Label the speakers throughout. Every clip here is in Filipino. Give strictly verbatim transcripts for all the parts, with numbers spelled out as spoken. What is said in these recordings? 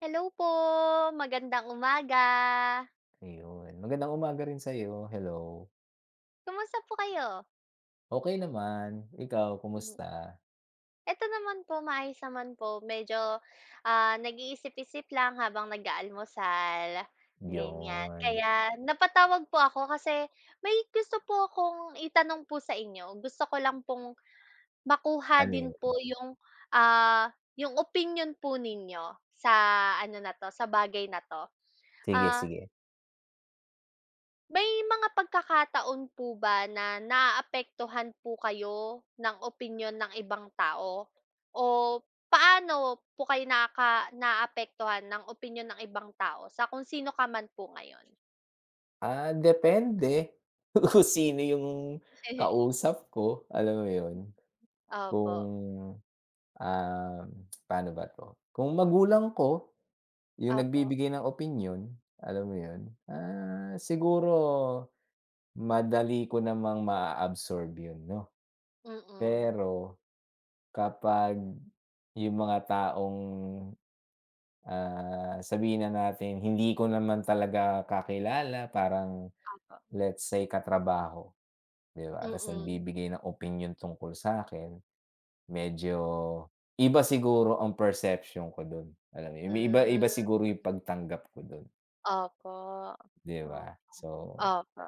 Speaker 1: Hello po, magandang umaga.
Speaker 2: Ayun, magandang umaga rin sa'yo, hello.
Speaker 1: Kumusta po kayo?
Speaker 2: Okay naman, ikaw
Speaker 1: Hmm,
Speaker 2: kumusta?
Speaker 1: eto naman po, maayos naman po. Medyo, ah, nag-iisip-isip lang habang nag-aalmusal, ganyan.
Speaker 2: Yun,
Speaker 1: Kaya napatawag po ako kasi may gusto po akong itanong po sa inyo. Gusto ko lang pong makuha
Speaker 2: ano
Speaker 1: din po
Speaker 2: yun?
Speaker 1: yung, ah, yung opinion po ninyo sa ano na 'to, sa bagay na 'to.
Speaker 2: Sige,
Speaker 1: Ah
Speaker 2: sige.
Speaker 1: May mga pagkakataon po ba na naapektuhan po kayo ng opinyon ng ibang tao? O paano po kayo naka naaapektuhan ng opinyon ng ibang tao sa kung sino ka man po ngayon?
Speaker 2: Ah, depende kung sino yung kausap ko, alam mo yun?
Speaker 1: Opo,
Speaker 2: Kung, um, paano ba 'to? Kung magulang ko, yung
Speaker 1: opo.
Speaker 2: nagbibigay ng opinion, alam mo yun? Ah, siguro madali ko namang ma absorb yun 'no,
Speaker 1: Mm.
Speaker 2: pero kapag yung mga taong, ah, sabihin na natin hindi ko naman talaga kakilala, parang
Speaker 1: Opo.
Speaker 2: let's say katrabaho, 'di ba? Ta's
Speaker 1: Mm-mm.
Speaker 2: nagbibigay ng opinion tungkol sa akin, medyo iba siguro ang perception ko dun, alam mo yun?
Speaker 1: Mm.
Speaker 2: Iba-iba
Speaker 1: Hmm,
Speaker 2: siguro yung pagtanggap ko dun,
Speaker 1: opo.
Speaker 2: 'di ba?
Speaker 1: Op
Speaker 2: So,
Speaker 1: opo.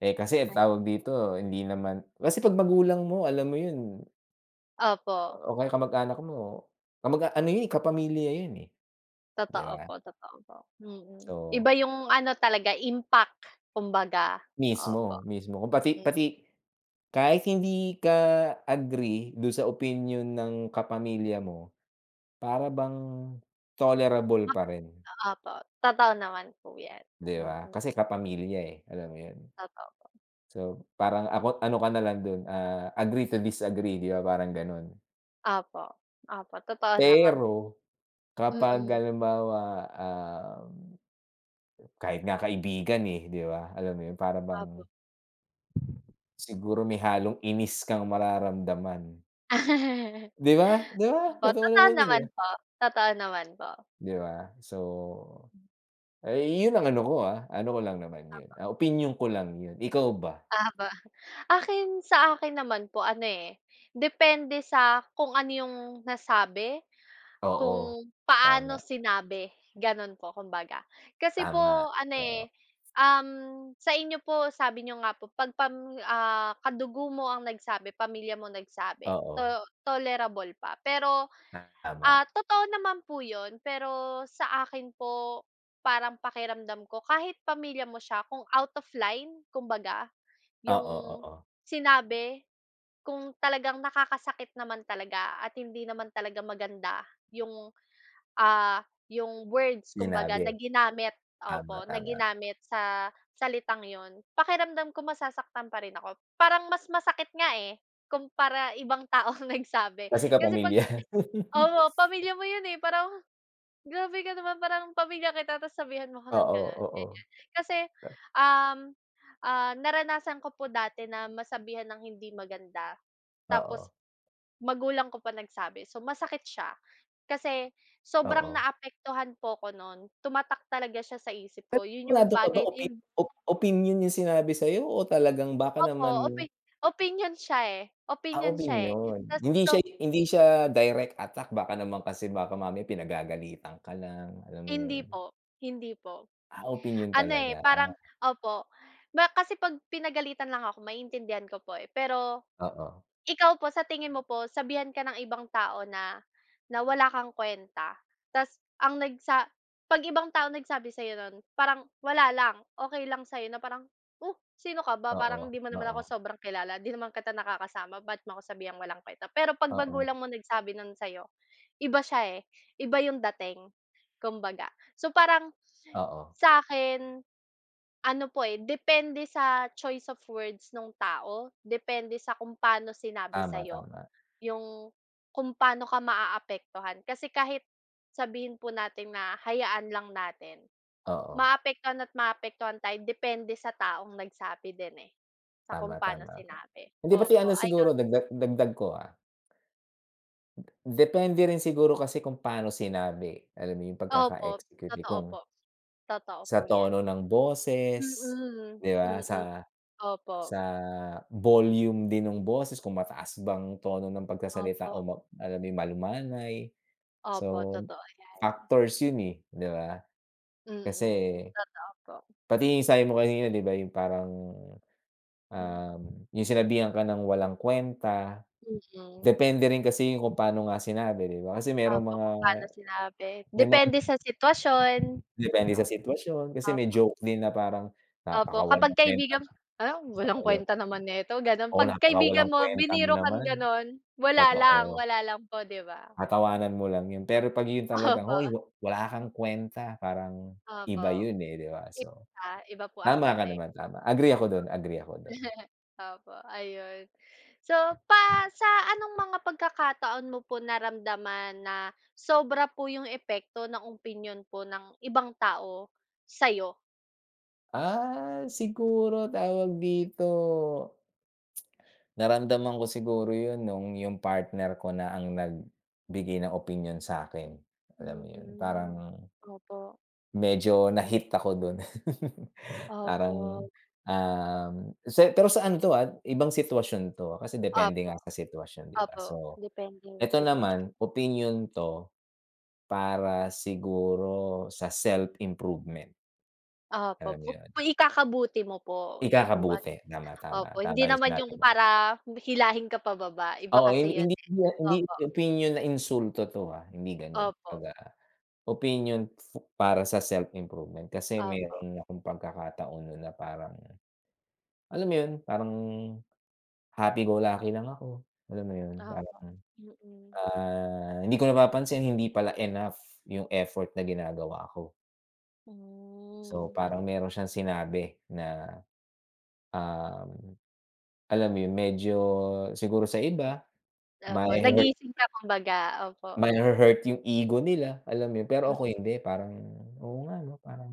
Speaker 2: eh, kasi tawag
Speaker 1: Ayun.
Speaker 2: dito, hindi naman kasi 'pag magulang mo, alam mo yun,
Speaker 1: Opo,
Speaker 2: o kaya kamag-anak mo, kamag ano yun, eh, kapamilya yun, eh, 'di
Speaker 1: totoo
Speaker 2: ba?
Speaker 1: po, totoo po. Mm.
Speaker 2: So,
Speaker 1: Iba yung ano talaga, impact kumbaga, opo.
Speaker 2: mismo, mismo. Kung pati pati kahit hindi ka agree do sa opinion ng kapamilya mo, para bang tolerable pa rin,
Speaker 1: Opo, totoo naman po 'yan.
Speaker 2: 'di ba?
Speaker 1: Mm,
Speaker 2: Kasi kapamilya, eh, alam mo 'yun?
Speaker 1: totoo.
Speaker 2: So, parang ako ano ka na lang do'n, ah, agree to disagree, 'di ba, parang gano'n.
Speaker 1: Opo, opo, totoo naman.
Speaker 2: Pero kapag
Speaker 1: Mm,
Speaker 2: halimbawa, ah kahit nga kaibigan, eh, 'di ba, alam mo 'yun, para bang
Speaker 1: opo.
Speaker 2: siguro may halong inis kang mararamdaman. 'Di ba? 'Di ba?
Speaker 1: Opo,
Speaker 2: Totoo
Speaker 1: totoo
Speaker 2: naman 'yun, di ba?
Speaker 1: naman po, totoo naman po.
Speaker 2: 'Di ba? So, ay yun ang ano ko, ah, ano ko lang naman yun,
Speaker 1: Opo,
Speaker 2: ah, opinyon ko lang yun. Ikaw ba?
Speaker 1: opo. Akin sa akin naman po ano, eh, depende sa kung ano yung nasabi.
Speaker 2: Oo,
Speaker 1: Kung
Speaker 2: tama,
Speaker 1: paano sinabi, gano'n po kumbaga. Kasi po
Speaker 2: tama,
Speaker 1: ano,
Speaker 2: oo,
Speaker 1: eh, um, sa inyo po sabi niyo nga po 'pag pam ah, kadugo mo ang nagsabi, pamilya mo nagsabi, to
Speaker 2: oo,
Speaker 1: tolerable pa. Pero,
Speaker 2: tama.
Speaker 1: ah, totoo naman po 'yun, pero sa akin po parang pakiramdam ko kahit pamilya mo siya kung out of line kumbaga,
Speaker 2: Oo,
Speaker 1: yung
Speaker 2: oo,
Speaker 1: sinabi, kung talagang nakakasakit naman talaga at hindi naman talaga maganda yung Ah, yung words kumbaga
Speaker 2: sinabi,
Speaker 1: na ginamit,
Speaker 2: tama,
Speaker 1: opo, na
Speaker 2: tama.
Speaker 1: ginamit sa salitang yon pakiramdam ko masasaktan pa rin ako. Parang mas masakit nga, eh, kumpara ibang tao ang nagsabi.
Speaker 2: Kasi
Speaker 1: Kasi 'pag
Speaker 2: kapamilya.
Speaker 1: opo, pamilya mo yun, eh, parang, "Grabe ka naman, parang pamilya kita tapos sabihan mo ako ng
Speaker 2: Oo,
Speaker 1: gano'n," ganyan.
Speaker 2: oo,
Speaker 1: Kasi, um, ah, naranasan ko po dati na masabihan ng hindi maganda, tapos
Speaker 2: oo,
Speaker 1: magulang ko pa nagsabi. So, masakit siya. Kasi sobrang
Speaker 2: oo.
Speaker 1: naapektuhan po ko nun, tumatak talaga siya sa isip
Speaker 2: Pero
Speaker 1: ko, yun yung
Speaker 2: sigurado ka ba,
Speaker 1: bagay na
Speaker 2: opi
Speaker 1: hin
Speaker 2: op opinyon yung sinabi sa'yo o talagang baka
Speaker 1: opo,
Speaker 2: naman,
Speaker 1: opi opinyon siya, eh,
Speaker 2: ah,
Speaker 1: opinyon siya, eh,
Speaker 2: opinyon.
Speaker 1: tas
Speaker 2: Hindi
Speaker 1: to
Speaker 2: siya hindi siya direct attack, baka naman kasi baka mamaya pinagagalitan ka lang, alam mo
Speaker 1: hindi
Speaker 2: yun?
Speaker 1: po, hindi po.
Speaker 2: Ah, opinyon
Speaker 1: Ano, eh,
Speaker 2: talaga.
Speaker 1: parang opo. Ma kasi 'pag pinagalitan lang ako maiintindihan ko po, eh. Pero
Speaker 2: Oo,
Speaker 1: ikaw po, sa tingin mo po, sabihan ka ng ibang tao na na wala kang kuwenta, ta's ang nagsa 'pag ibang tao nagsabi sa'yo nun, parang wala lang, okey lang sa'yo na parang, "Oh, sino ka ba?
Speaker 2: oo,
Speaker 1: Parang 'di mo naman ako
Speaker 2: oo,
Speaker 1: sobrang kilala, 'di naman kita nakakasama, ba't mo ako sabihang walang kuwenta?" Pero 'pag
Speaker 2: oo,
Speaker 1: magulang mo nagsabi nun sa'yo, iba siya, eh, iba yung dating, kumbaga. So, parang
Speaker 2: oo.
Speaker 1: sa'kin, ano po, eh, depende sa choice of words nung tao, depende sa kung paano sinabi
Speaker 2: Tama,
Speaker 1: sa'yo,
Speaker 2: tama.
Speaker 1: yung kung paano ka maaapektuhan. Kasi kahit sabihin po natin na hayaan lang natin,
Speaker 2: Oo,
Speaker 1: maapektuhan at maapektuhan tayo depende sa taong nagsabi din, eh, sa
Speaker 2: tama,
Speaker 1: kung paano
Speaker 2: tama ka.
Speaker 1: sinabi.
Speaker 2: Hindi, pati
Speaker 1: Opo,
Speaker 2: ano
Speaker 1: ayun.
Speaker 2: siguro, dagdag dagdag ko, ah, depende rin siguro kasi kung paano sinabi, alam mo yung
Speaker 1: Opo,
Speaker 2: pagkaka-execute, eh,
Speaker 1: totoo
Speaker 2: kung
Speaker 1: po. Totoo po
Speaker 2: sa
Speaker 1: 'yan.
Speaker 2: tono ng boses,
Speaker 1: Mm,
Speaker 2: 'di ba,
Speaker 1: mm,
Speaker 2: sa
Speaker 1: opo.
Speaker 2: sa volume din ng boses, kung mataas bang tono ng pagsasalita o
Speaker 1: Opo,
Speaker 2: ma alam mo yung malumanay. So,
Speaker 1: opo, totoo 'yan.
Speaker 2: factors yun, eh, 'di ba? Kasi
Speaker 1: Mm, totoo po.
Speaker 2: pati yung sabi mo kanina, 'di ba, yung parang,
Speaker 1: Mm.
Speaker 2: um, yung sinabihan ka ng walang kuwenta,
Speaker 1: Mm.
Speaker 2: depende rin kasi yung kung paano nga sinabi, 'di ba? Kasi merong
Speaker 1: Opo,
Speaker 2: mga,
Speaker 1: kung paano sinabi.
Speaker 2: may mga,
Speaker 1: Depende sa sitwasyon.
Speaker 2: depende sa
Speaker 1: Op
Speaker 2: sitwasyon, kasi
Speaker 1: Op
Speaker 2: may joke din na parang,
Speaker 1: opo, kapag
Speaker 2: "Napakawalang kuwenta
Speaker 1: kaibigan
Speaker 2: naman
Speaker 1: "Ah,
Speaker 2: mo,"
Speaker 1: walang
Speaker 2: 'di
Speaker 1: kuwenta
Speaker 2: ba?
Speaker 1: naman nito, gano'n.
Speaker 2: "Oo,
Speaker 1: 'Pag
Speaker 2: napakawalang
Speaker 1: kaibigan mo,
Speaker 2: kuwenta mo
Speaker 1: biniro kang
Speaker 2: naman."
Speaker 1: gano'n, wala lang,
Speaker 2: Totoo,
Speaker 1: wala lang po, 'di ba?
Speaker 2: tatawanan mo lang yun, pero 'pag yun talagang,
Speaker 1: Opo,
Speaker 2: "Hoy, wa wala kang kuwenta," parang
Speaker 1: opo.
Speaker 2: iba yun, eh, 'di ba? So,
Speaker 1: Iba, iba po ang
Speaker 2: tama ka
Speaker 1: dating.
Speaker 2: naman, tama, agree ako dun, agree ako dun.
Speaker 1: Opo, ayun. So, pa sa anong mga pagkakataon mo po naramdaman na sobra po yung epekto ng opinyon po ng ibang tao sa'yo?
Speaker 2: Ah, siguro tawag dito, naramdaman ko siguro 'yun nung yung partner ko na ang nagbigay ng opinion sa akin, alam mo 'yun,
Speaker 1: Mhm.
Speaker 2: parang
Speaker 1: Opo,
Speaker 2: medyo na-hit ako do'n. Parang,
Speaker 1: opo.
Speaker 2: um, se pero sa ano 'to, ah, ibang sitwasyon 'to, ah, kasi depende
Speaker 1: Opo,
Speaker 2: nga sa sitwasyon, 'di ba?
Speaker 1: opo.
Speaker 2: So,
Speaker 1: Depende yung
Speaker 2: eto
Speaker 1: sitwasyon.
Speaker 2: naman, opinyon 'to para siguro sa self-improvement,
Speaker 1: Opo,
Speaker 2: alam mo
Speaker 1: pu
Speaker 2: 'yun?
Speaker 1: pu ikakabuti mo po, kumbaga.
Speaker 2: Ikakabuti, tama, tama,
Speaker 1: Opo, hindi
Speaker 2: tama yung
Speaker 1: naman
Speaker 2: sinabi
Speaker 1: yung
Speaker 2: mo.
Speaker 1: para hilahin ka pababa, iba
Speaker 2: Oo, hindi
Speaker 1: kasi yun,
Speaker 2: hindi
Speaker 1: eh.
Speaker 2: hindi
Speaker 1: Opo,
Speaker 2: opinyon na insulto 'to, ah, hindi gano'n.
Speaker 1: opo,
Speaker 2: Kumbaga, opinyon fo para sa self-improvement, kasi
Speaker 1: opo,
Speaker 2: meron akong pagkakataon no'n na parang, alam mo 'yun, parang happy-go-lucky lang ako, alam mo 'yun,
Speaker 1: opo.
Speaker 2: parang,
Speaker 1: Mm.
Speaker 2: ah, hindi ko napapansin hindi pala enough 'yung effort na ginagawa ko. So,
Speaker 1: Hmm,
Speaker 2: parang meron siyang sinabi na, um, alam mo 'yun, medyo siguro sa iba
Speaker 1: opo
Speaker 2: mahe-hurt.
Speaker 1: nagising ka kumbaga, opo.
Speaker 2: Mahe-hurt yung ego nila, alam mo yun? Pero
Speaker 1: Hmm.
Speaker 2: ako hindi, parang oo nga 'no, parang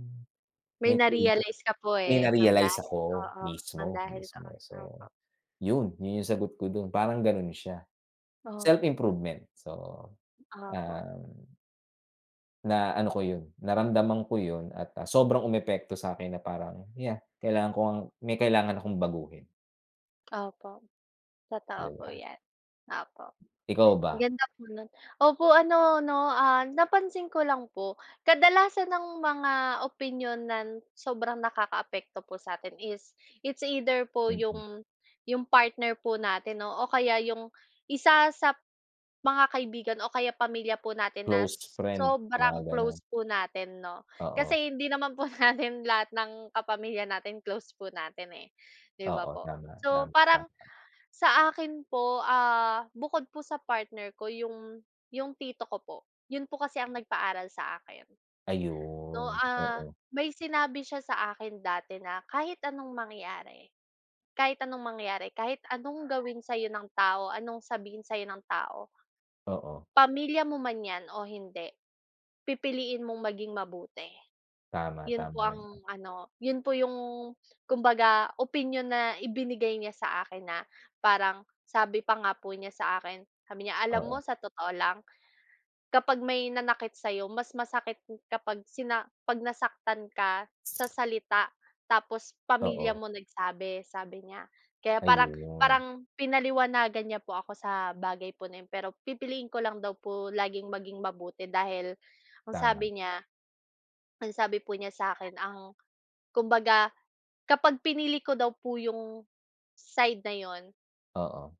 Speaker 1: May
Speaker 2: may kulang.
Speaker 1: na-realize ka po,
Speaker 2: May
Speaker 1: eh, ng
Speaker 2: na-realize
Speaker 1: dahil
Speaker 2: ako,
Speaker 1: oo, ng
Speaker 2: mismo,
Speaker 1: dahil
Speaker 2: mismo.
Speaker 1: doon, opo.
Speaker 2: So, yun, yun yung sagot ko dun, parang ganun siya,
Speaker 1: Opo,
Speaker 2: self-improvement. So,
Speaker 1: opo,
Speaker 2: ah, na ano ko yun, naramdaman ko yun, at, ah, sobrang umepekto sa'kin na parang, yeah, kailangan ko ngang may kailangan akong baguhin,
Speaker 1: opo, totoo
Speaker 2: 'di
Speaker 1: po
Speaker 2: ba?
Speaker 1: 'yan, opo.
Speaker 2: Ikaw ba?
Speaker 1: Ang ganda po nun. Opo, ano 'no, ah, napansin ko lang po, kadalasan ng mga opinyon na sobrang nakakaapekto po sa'tin is, it's either po yung
Speaker 2: Mm,
Speaker 1: yung partner po natin 'no, o kaya yung isa sa mga kaibigan o kaya pamilya po natin na
Speaker 2: close friend, mga
Speaker 1: sobrang
Speaker 2: gano'n.
Speaker 1: close po natin 'no.
Speaker 2: Oo,
Speaker 1: Kasi hindi naman po natin lahat ng kapamilya natin close po natin, eh, 'di ba
Speaker 2: oo,
Speaker 1: po?
Speaker 2: tama,
Speaker 1: So,
Speaker 2: tama,
Speaker 1: parang
Speaker 2: tama.
Speaker 1: sa akin po, ah, bukod po sa partner ko yung yung tito ko po. Yun po kasi ang nagpaaral sa akin 'no,
Speaker 2: Ayun,
Speaker 1: ah,
Speaker 2: oo.
Speaker 1: may sinabi siya sa akin dati na kahit anong mangyari, kahit anong mangyari, kahit anong gawin sa'yo ng tao, anong sabihin sa'yo ng tao,
Speaker 2: Oo,
Speaker 1: pamilya mo man 'yan o hindi, pipiliin mong maging mabuti.
Speaker 2: tama,
Speaker 1: Yun po
Speaker 2: tama naman.
Speaker 1: ang ano, yun po yung kumbaga opinyon na ibinigay niya sa akin na parang sabi pa nga po niya sa akin, sabi niya, "Alam mo
Speaker 2: Oo,
Speaker 1: sa totoo lang, kapag may nanakit sa'yo mas masakit kapag sina 'pag nasaktan ka sa salita tapos pamilya
Speaker 2: oo,
Speaker 1: mo nagsabi," sabi niya. Kaya parang
Speaker 2: ayun,
Speaker 1: parang pinaliwanagan niya po ako sa bagay po na yun, pero pipiliin ko lang daw po laging maging mabuti dahil ang
Speaker 2: tama.
Speaker 1: sabi niya ang sabi po niya sa akin ang Kumbaga, kapag pinili ko daw po yung side na yun,
Speaker 2: Oo,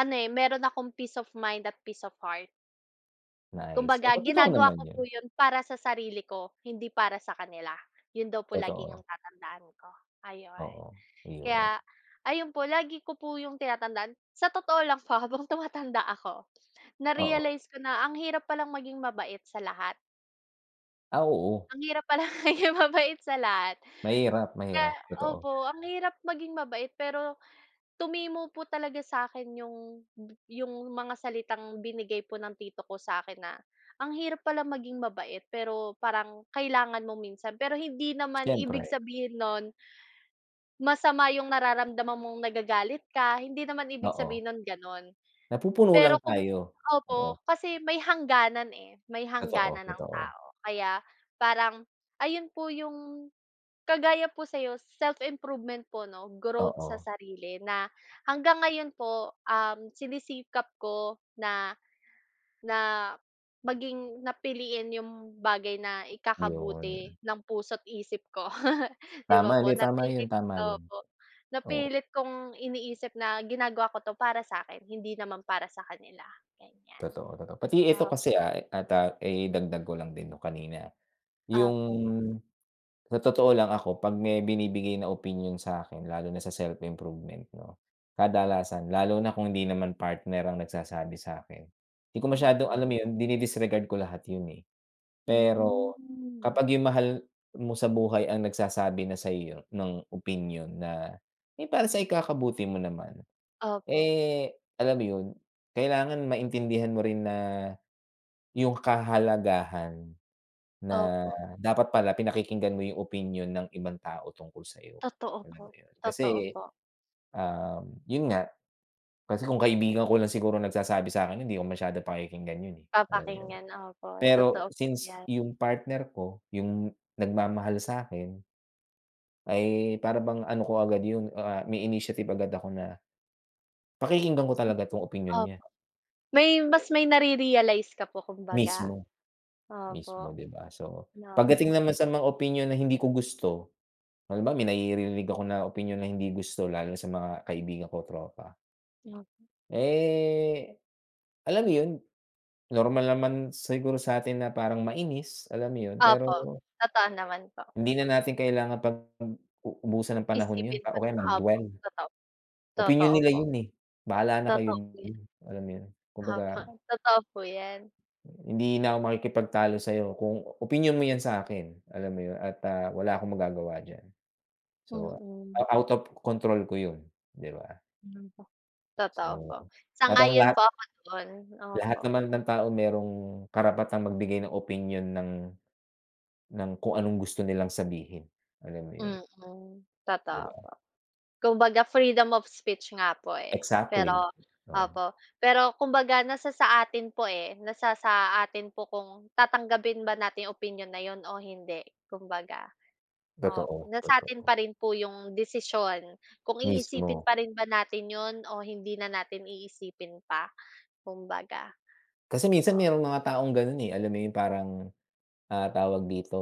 Speaker 1: ano, eh, meron akong peace of mind at peace of heart.
Speaker 2: nice.
Speaker 1: Kumbaga
Speaker 2: Oo, totoo
Speaker 1: ginagawa
Speaker 2: naman
Speaker 1: ko
Speaker 2: yun,
Speaker 1: po yun para sa sarili ko, hindi para sa kanila. Yun daw po lagi ang
Speaker 2: totoo.
Speaker 1: tatandaan ko, ayun.
Speaker 2: Oo, yun,
Speaker 1: Kaya ayun po, lagi ko po yung tinatandaan. Sa totoo lang po habang tumatanda ako,
Speaker 2: oo.
Speaker 1: na-realize ko na ang hirap palang maging mabait sa lahat.
Speaker 2: Ah, oo,
Speaker 1: Ang hirap palang maging mabait sa lahat.
Speaker 2: mahirap,
Speaker 1: Kaya
Speaker 2: mahirap, totoo.
Speaker 1: opo, ang hirap maging mabait pero tumimo po talaga sa'kin yung yung mga salitang binigay po ng tito ko sa'kin na, ang hirap pala maging mabait pero parang kailangan mo minsan. Pero hindi naman ibig
Speaker 2: Siyempre,
Speaker 1: sabihin nun, masama yung nararamdaman mong nagagalit ka, hindi naman ibig
Speaker 2: oo,
Speaker 1: sabihin nun gano'n.
Speaker 2: napupuno lang
Speaker 1: Pero kung
Speaker 2: tayo. Oo,
Speaker 1: opo, kasi may hangganan, eh, may
Speaker 2: totoo,
Speaker 1: hangganan ang
Speaker 2: totoo.
Speaker 1: tao. Kaya parang ayun po yung kagaya po sa'yo, self-improvement po 'no, growth
Speaker 2: Oo,
Speaker 1: sa sarili na hanggang ngayon po, um, sinisikap ko na na maging napiliin yung bagay na ikakabuti
Speaker 2: yun.
Speaker 1: ng puso't isip ko, 'di ba
Speaker 2: Tama,
Speaker 1: po?
Speaker 2: hindi, tama yun,
Speaker 1: Napilit
Speaker 2: tama yun.
Speaker 1: opo,
Speaker 2: Oo,
Speaker 1: napilit kong iniisip na ginagawa ko 'to para sa akin hindi naman para sa kanila, ganyan.
Speaker 2: totoo, totoo. Pati ito
Speaker 1: Op
Speaker 2: kasi, ah, at, ah, eh, dagdag ko lang din 'no kanina, yung,
Speaker 1: opo,
Speaker 2: sa totoo lang, ako 'pag may binibigay na opinion sa akin, lalo na sa self-improvement 'no, kadalasan lalo na kung hindi naman partner ang nagsasabi sa akin, 'di ko masyadong,
Speaker 1: mm.
Speaker 2: alam mo yun, dini-disregard ko lahat yun, eh. Pero
Speaker 1: mm.
Speaker 2: kapag yung mahal mo sa buhay ang nagsasabi na sa iyo ng opinion, na, eh, para
Speaker 1: Hmm.
Speaker 2: sa ikakabuti mo naman,
Speaker 1: Opo,
Speaker 2: eh, alam mo yun, kailangan maintindihan mo rin na yung kahalagahan na
Speaker 1: opo.
Speaker 2: dapat pala pinakikinggan mo yung opinyon ng ibang tao tungkol sa'yo,
Speaker 1: Totoo
Speaker 2: alam
Speaker 1: po,
Speaker 2: mo yun.
Speaker 1: totoo
Speaker 2: Kasi,
Speaker 1: po.
Speaker 2: um, yun nga, kasi kung kaibigan ko lang siguro nagsasabi sa'kin, hindi ko masyado pakikinggan yun, eh, alam mo yun.
Speaker 1: Papakinggan, opo,
Speaker 2: Pero
Speaker 1: totoo po
Speaker 2: since
Speaker 1: 'yan.
Speaker 2: yung partner ko, yung nagmamahal sa'kin, ay para bang ano ko agad yun, ah, may initiative agad ako na pakikinggan ko talaga 'tong opinyon niya,
Speaker 1: Opo, may mas may nare-realize ka po kumbaga,
Speaker 2: mismo,
Speaker 1: opo,
Speaker 2: mismo, 'di ba? So,
Speaker 1: naku,
Speaker 2: pagdating naman sa mga opinyon na hindi ko gusto. Halimbawa, may naririnig ako na opinyon na hindi gusto, lalo na sa mga kaibigan ko, tropa.
Speaker 1: hmm,
Speaker 2: Eh, alam mo 'yun, normal naman siguro sa'tin na parang mainis, alam mo 'yun, pero
Speaker 1: opo, totoo naman po.
Speaker 2: hindi na natin kailangan pag u ubusan ng panahon 'yun
Speaker 1: Isipin pa
Speaker 2: o kaya
Speaker 1: opo,
Speaker 2: mag-dwell.
Speaker 1: totoo,
Speaker 2: Opinyon
Speaker 1: totoo
Speaker 2: nila
Speaker 1: po,
Speaker 2: 'yun, eh, bahala na kayo
Speaker 1: totoo po
Speaker 2: dun,
Speaker 1: 'yan,
Speaker 2: alam mo 'yun.
Speaker 1: opo,
Speaker 2: Kumbaga,
Speaker 1: totoo po 'yan,
Speaker 2: hindi na ako makikipagtalo sa'yo kung opinyon mo 'yan sa'kin, alam mo 'yun, at, ah, wala akong magagawa diyan. So,
Speaker 1: mm,
Speaker 2: out of control ko 'yun, 'di ba?
Speaker 1: hmm,
Speaker 2: So,
Speaker 1: totoo po.
Speaker 2: at ang
Speaker 1: Sang-ayon
Speaker 2: lahat,
Speaker 1: po ako doon,
Speaker 2: Lahat
Speaker 1: opo,
Speaker 2: naman ng tao merong karapatang magbigay ng opinyon ng ng kung anong gusto nilang sabihin, alam mo yun,
Speaker 1: mm,
Speaker 2: 'di
Speaker 1: totoo.
Speaker 2: ba?
Speaker 1: Kumbaga freedom of speech nga po, eh.
Speaker 2: Exactly,
Speaker 1: Pero
Speaker 2: oo,
Speaker 1: opo, pero kumbaga nasa sa atin po, eh, nasa sa atin po kung tatanggapin ba natin yung opinyon na yun o hindi, kumbaga. Opo,
Speaker 2: totoo,
Speaker 1: nasa atin
Speaker 2: totoo,
Speaker 1: pa rin po yung desisyon kung iisipin
Speaker 2: mismo.
Speaker 1: pa rin ba natin yun o hindi na natin iisipin pa, kumbaga.
Speaker 2: Kasi minsan
Speaker 1: Oo,
Speaker 2: merong mga taong gano'n, eh, alam mo yun, parang, ah, tawag dito,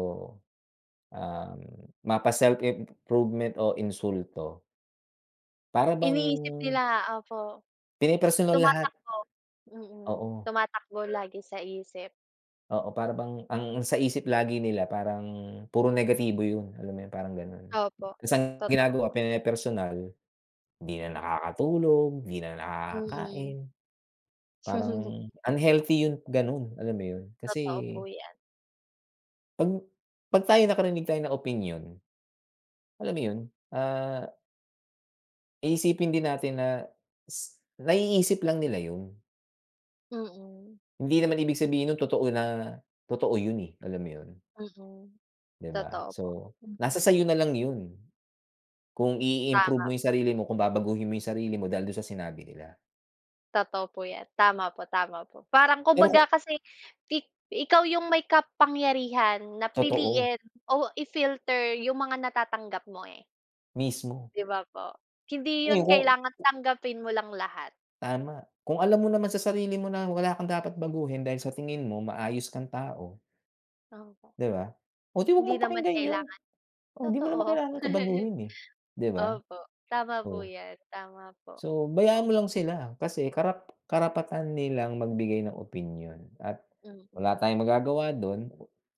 Speaker 2: um, mapa-self-improvement o insulto, para bang
Speaker 1: iniisip nila, opo,
Speaker 2: pinipersonal lahat,
Speaker 1: tumatakbo. Mm,
Speaker 2: oo,
Speaker 1: tumatakbo lagi sa isip.
Speaker 2: oo, para bang ang sa isip lagi nila parang puro negatibo yun, alam mo yun, parang gano'n.
Speaker 1: Opo,
Speaker 2: Tas ang
Speaker 1: totoo
Speaker 2: ginagawa,
Speaker 1: po.
Speaker 2: pinepersonal. Di na nakakatulog, di na
Speaker 1: Mm.
Speaker 2: nakakakain, parang unhealthy yung gano'n, alam mo yun? Kasi
Speaker 1: Totoo po 'yan.
Speaker 2: 'pag 'pag tayo nakarinig tayo ng opinyon, alam mo yun, ah, iisipin din natin na s naiisip lang nila yun.
Speaker 1: Mm,
Speaker 2: Hindi naman ibig sabihin nun totoo, na totoo yun, eh, alam mo yun,
Speaker 1: mm.
Speaker 2: 'di ba?
Speaker 1: Totoo po.
Speaker 2: So, nasa
Speaker 1: Mm.
Speaker 2: sa'yo na lang yun kung i-improve
Speaker 1: Tama
Speaker 2: mo yung
Speaker 1: po.
Speaker 2: sarili mo, kung babaguhin mo yung sarili mo dahil dun sa sinabi nila.
Speaker 1: Totoo po 'yan. Tama po, tama po. Parang
Speaker 2: Pero kung
Speaker 1: kumbaga kasi ik ikaw yung may kapangyarihan na
Speaker 2: totoo,
Speaker 1: piliin o i-filter yung mga natatanggap mo, eh,
Speaker 2: mismo.
Speaker 1: 'di ba po? Hindi yun
Speaker 2: Ngayon, kung,
Speaker 1: kailangan tanggapin mo lang lahat.
Speaker 2: tama. Kung alam mo naman sa sarili mo na wala kang dapat baguhin dahil sa tingin mo maayos kang tao,
Speaker 1: Opo.
Speaker 2: 'di ba? O di huwag
Speaker 1: Hindi
Speaker 2: mong
Speaker 1: naman
Speaker 2: pakinggan 'yun.
Speaker 1: kailangan
Speaker 2: O di mo naman
Speaker 1: totoo.
Speaker 2: kailangan ka baguhin, eh, 'di ba?
Speaker 1: Opo, tama po
Speaker 2: Oh,
Speaker 1: 'yan, tama po.
Speaker 2: so bayaan mo lang sila, kasi karap karapatan nilang magbigay ng opinyon, at
Speaker 1: O
Speaker 2: wala
Speaker 1: mm.
Speaker 2: tayong magagawa don,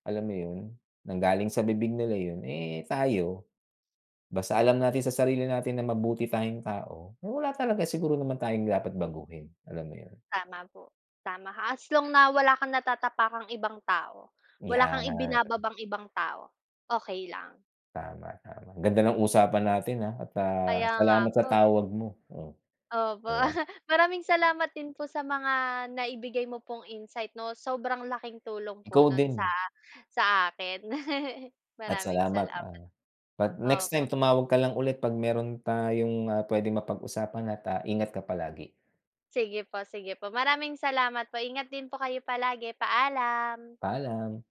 Speaker 2: alam mo 'yun, nanggaling sa bibig nila 'yun, eh, tayo, basta alam natin sa sarili natin na mabuti tayong tao, eh, wala talaga siguro naman tayong dapat baguhin, alam mo 'yun?
Speaker 1: Tama po, tama ka. As long na wala kang natatapakang ibang tao, wala kang Mm.
Speaker 2: 'Yan.
Speaker 1: ibinababang ibang tao, okey lang.
Speaker 2: Tama, tama. Ganda ng usapan natin, ah, at, ah,
Speaker 1: Kaya nga
Speaker 2: salamat sa
Speaker 1: po, eh.
Speaker 2: tawag mo, oh,
Speaker 1: Opo.
Speaker 2: 'di ba?
Speaker 1: Maraming salamat din po sa mga naibigay mo pong insight 'no, sobrang laking tulong po
Speaker 2: Ikaw
Speaker 1: nun
Speaker 2: din,
Speaker 1: sa sa akin.
Speaker 2: at
Speaker 1: Maraming
Speaker 2: salamat,
Speaker 1: salamat.
Speaker 2: ah, but next
Speaker 1: Opo,
Speaker 2: time tumawag ka lang ulit 'pag meron tayong, ah, puwedeng mapag-usapan, at, ah, ingat ka palagi.
Speaker 1: sige po, sige po. Maraming salamat po. Ingat din po kayo palagi. Paalam.
Speaker 2: Paalam.